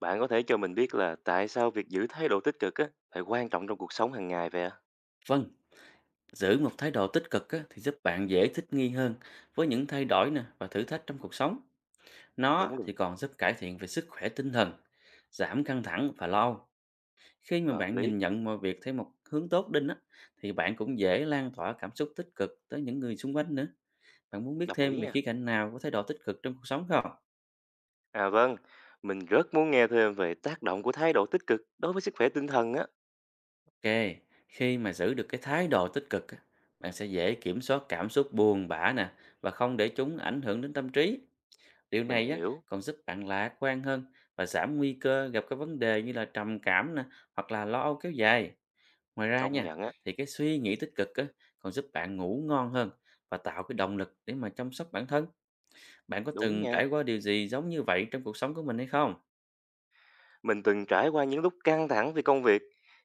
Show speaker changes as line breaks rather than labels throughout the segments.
Bạn có thể cho mình biết là tại sao việc giữ thái độ tích cực á lại quan trọng trong cuộc sống hàng ngày vậy ạ?
Vâng, giữ một thái độ tích cực á, thì giúp bạn dễ thích nghi hơn với những thay đổi nè và thử thách trong cuộc sống. Nó
Đúng rồi,
thì còn giúp cải thiện về sức khỏe tinh thần, giảm căng thẳng và lo âu. Khi mà
hợp
bạn
lý,
nhìn nhận mọi việc theo một hướng tốt đinh á, thì bạn cũng dễ lan tỏa cảm xúc tích cực tới những người xung quanh nữa. Bạn muốn biết
đồng
thêm
ý
về
nha.
khía cạnh nào của thái độ tích cực trong cuộc sống không?
À vâng, mình rất muốn nghe thêm về tác động của thái độ tích cực đối với sức khỏe tinh thần á.
Ok, khi mà giữ được cái thái độ tích cực á, bạn sẽ dễ kiểm soát cảm xúc buồn bã nè và không để chúng ảnh hưởng đến tâm trí. Điều
Mình
này á,
hiểu,
còn giúp bạn lạc quan hơn và giảm nguy cơ gặp các vấn đề như là trầm cảm nè, hoặc là lo âu kéo dài. Ngoài ra
công
nha,
nhận á,
thì cái suy nghĩ tích cực á, còn giúp bạn ngủ ngon hơn và tạo cái động lực để mà chăm sóc bản thân. Bạn có
đúng
từng
nha.
trải qua điều gì giống như vậy trong cuộc sống của mình hay không?
Mình từng trải qua những lúc căng thẳng vì công việc,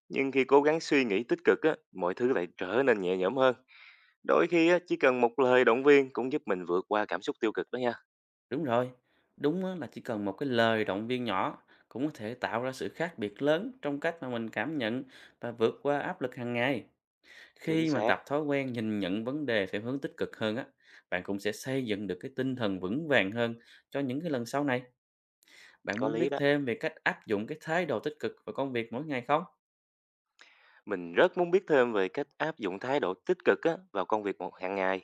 nhưng khi cố gắng suy nghĩ tích cực á, mọi thứ lại trở nên nhẹ nhõm hơn. Đôi khi á, chỉ cần một lời động viên cũng giúp mình vượt qua cảm xúc tiêu cực đó nha.
Đúng rồi, đúng á, là chỉ cần một cái lời động viên nhỏ cũng có thể tạo ra sự khác biệt lớn trong cách mà mình cảm nhận và vượt qua áp lực hàng ngày.
Chính
Khi mà
xác,
tập thói quen nhìn nhận vấn đề theo hướng tích cực hơn á, bạn cũng sẽ xây dựng được cái tinh thần vững vàng hơn cho những cái lần sau này. Bạn
có
muốn biết
lý đó.
thêm về cách áp dụng cái thái độ tích cực vào công việc mỗi ngày không?
Mình rất muốn biết thêm về cách áp dụng thái độ tích cực á, vào công việc một hàng ngày.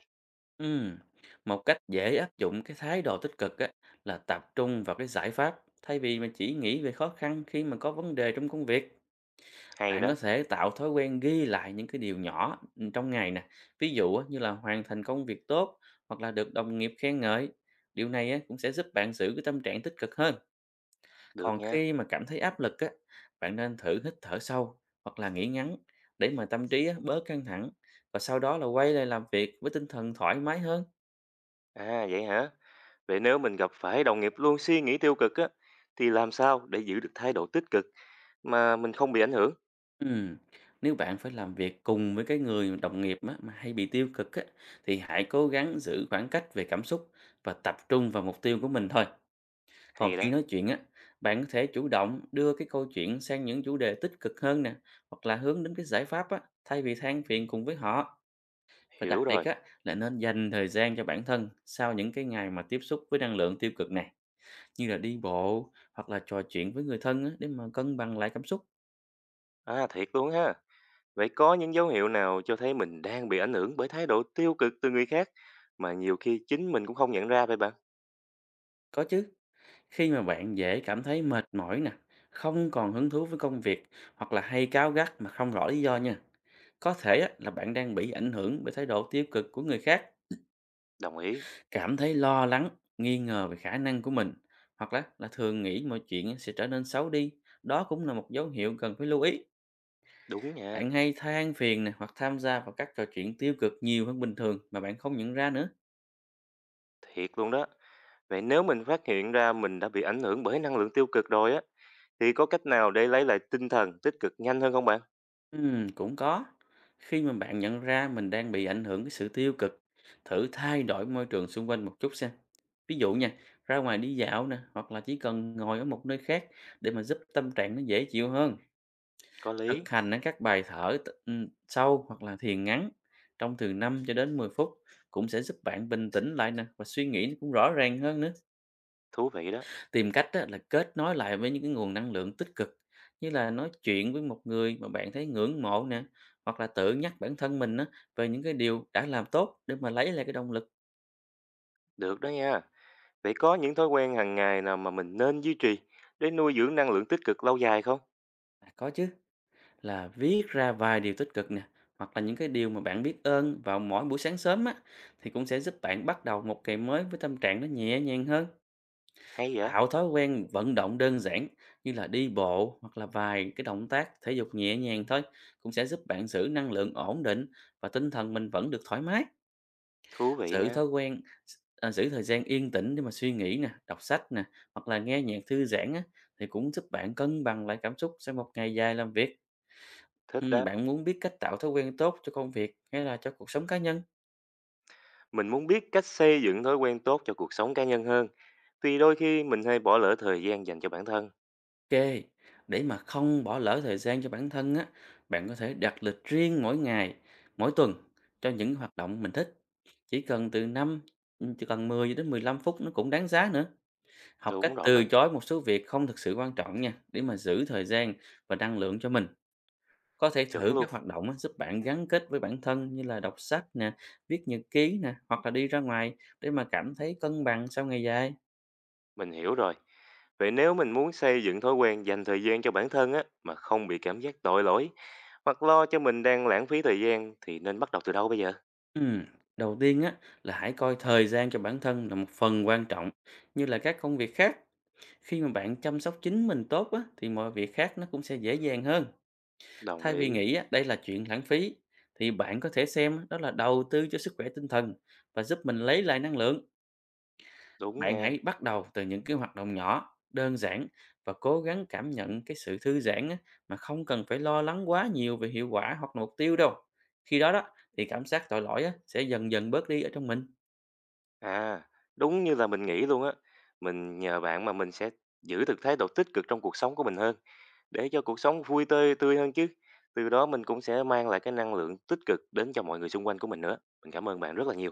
Ừm, Một cách dễ áp dụng cái thái độ tích cực á, là tập trung vào cái giải pháp thay vì mà chỉ nghĩ về khó khăn khi mà có vấn đề trong công việc.
Hay
Bạn có
đó,
thể tạo thói quen ghi lại những cái điều nhỏ, trong ngày nè, ví dụ á, như là hoàn thành công việc tốt hoặc là được đồng nghiệp khen ngợi. Điều này á, cũng sẽ giúp bạn giữ cái tâm trạng tích cực hơn.
được
Còn
nha.
khi mà cảm thấy áp lực á, bạn nên thử hít thở sâu hoặc là nghỉ ngắn để mà tâm trí á, bớt căng thẳng và sau đó là quay lại làm việc với tinh thần thoải mái hơn.
À vậy hả? Vậy nếu mình gặp phải đồng nghiệp luôn suy nghĩ tiêu cực á, thì làm sao để giữ được thái độ tích cực mà mình không bị ảnh hưởng?
Ừm, Nếu bạn phải làm việc cùng với cái người đồng nghiệp á, mà hay bị tiêu cực á, thì hãy cố gắng giữ khoảng cách về cảm xúc và tập trung vào mục tiêu của mình thôi. Còn
Hay
khi
đó,
nói chuyện á, bạn có thể chủ động đưa cái câu chuyện sang những chủ đề tích cực hơn nè, hoặc là hướng đến cái giải pháp á, thay vì than phiền cùng với họ. Và đặc
hiểu
biệt
rồi.
á, là nên dành thời gian cho bản thân sau những cái ngày mà tiếp xúc với năng lượng tiêu cực này, như là đi bộ hoặc là trò chuyện với người thân á, để mà cân bằng lại cảm xúc.
À thiệt luôn ha. Vậy có những dấu hiệu nào cho thấy mình đang bị ảnh hưởng bởi thái độ tiêu cực từ người khác mà nhiều khi chính mình cũng không nhận ra vậy bạn?
Có chứ, khi mà bạn dễ cảm thấy mệt mỏi nè, không còn hứng thú với công việc hoặc là hay cáu gắt mà không rõ lý do nha. Có thể á, là bạn đang bị ảnh hưởng bởi thái độ tiêu cực của người khác.
Đồng ý.
Cảm thấy lo lắng, nghi ngờ về khả năng của mình, hoặc là thường nghĩ mọi chuyện sẽ trở nên xấu đi, đó cũng là một dấu hiệu cần phải lưu ý.
Đúng nha.
Bạn hay than phiền nè hoặc tham gia vào các trò chuyện tiêu cực nhiều hơn bình thường mà bạn không nhận ra nữa.
Thiệt luôn đó. Vậy nếu mình phát hiện ra mình đã bị ảnh hưởng bởi năng lượng tiêu cực rồi á, thì có cách nào để lấy lại tinh thần tích cực nhanh hơn không bạn?
Cũng có. Khi mà bạn nhận ra mình đang bị ảnh hưởng cái sự tiêu cực, thử thay đổi môi trường xung quanh một chút xem. Ví dụ nha, ra ngoài đi dạo nè, hoặc là chỉ cần ngồi ở một nơi khác để mà giúp tâm trạng nó dễ chịu hơn.
Có lý,
Thực hành á các bài thở t sâu hoặc là thiền ngắn trong từ 5 cho đến 10 phút cũng sẽ giúp bạn bình tĩnh lại nè và suy nghĩ nó cũng rõ ràng hơn nữa.
thú vị đó,
Tìm cách á là kết nối lại với những cái nguồn năng lượng tích cực như là nói chuyện với một người mà bạn thấy ngưỡng mộ nè, hoặc là tự nhắc bản thân mình á về những cái điều đã làm tốt để mà lấy lại cái động lực.
được đó nha. Vậy có những thói quen hàng ngày nào mà mình nên duy trì để nuôi dưỡng năng lượng tích cực lâu dài không?
À, có chứ, là viết ra vài điều tích cực nè, hoặc là những cái điều mà bạn biết ơn vào mỗi buổi sáng sớm á thì cũng sẽ giúp bạn bắt đầu một ngày mới với tâm trạng nó nhẹ nhàng hơn.
Hay vậy?
Tạo thói quen vận động đơn giản như là đi bộ hoặc là vài cái động tác thể dục nhẹ nhàng thôi cũng sẽ giúp bạn giữ năng lượng ổn định và tinh thần mình vẫn được thoải mái.
Thú vị
Giữ
nha,
thói quen à, giữ thời gian yên tĩnh để mà suy nghĩ nè, đọc sách nè hoặc là nghe nhạc thư giãn á thì cũng giúp bạn cân bằng lại cảm xúc sau một ngày dài làm việc.
thích
Ừ,
đó.
bạn muốn biết cách tạo thói quen tốt cho công việc hay là cho cuộc sống cá nhân?
Mình muốn biết cách xây dựng thói quen tốt cho cuộc sống cá nhân hơn, vì đôi khi mình hay bỏ lỡ thời gian dành cho bản thân.
Ok, để mà không bỏ lỡ thời gian cho bản thân á, bạn có thể đặt lịch riêng mỗi ngày, mỗi tuần cho những hoạt động mình thích. Chỉ cần từ 5, ừ, chỉ cần 10 đến 15 phút nó cũng đáng giá nữa. Học cách
Đúng
từ
rồi,
chối một số việc không thực sự quan trọng nha, để mà giữ thời gian và năng lượng cho mình. Có thể
chuẩn
thử các
luôn.
hoạt động á, giúp bạn gắn kết với bản thân như là đọc sách nè, viết nhật ký nè, hoặc là đi ra ngoài để mà cảm thấy cân bằng sau ngày dài.
Mình hiểu rồi. Vậy nếu mình muốn xây dựng thói quen dành thời gian cho bản thân á, mà không bị cảm giác tội lỗi, hoặc lo cho mình đang lãng phí thời gian thì nên bắt đầu từ đâu bây giờ?
Ừm, đầu tiên á là hãy coi thời gian cho bản thân là một phần quan trọng như là các công việc khác. Khi mà bạn chăm sóc chính mình tốt á thì mọi việc khác nó cũng sẽ dễ dàng hơn.
Đồng
Thay vì
ý.
nghĩ á, đây là chuyện lãng phí thì bạn có thể xem đó là đầu tư cho sức khỏe tinh thần và giúp mình lấy lại năng lượng.
Đúng
Bạn
nha.
hãy bắt đầu từ những cái hoạt động nhỏ, đơn giản và cố gắng cảm nhận cái sự thư giãn á, mà không cần phải lo lắng quá nhiều về hiệu quả hoặc là mục tiêu đâu. Khi đó đó thì cảm giác tội lỗi á, sẽ dần dần bớt đi ở trong mình.
À, đúng như là mình nghĩ luôn á. Mình nhờ bạn mà mình sẽ giữ được thái độ tích cực trong cuộc sống của mình hơn, để cho cuộc sống vui tươi tươi hơn chứ. Từ đó mình cũng sẽ mang lại cái năng lượng tích cực đến cho mọi người xung quanh của mình nữa. Mình cảm ơn bạn rất là nhiều.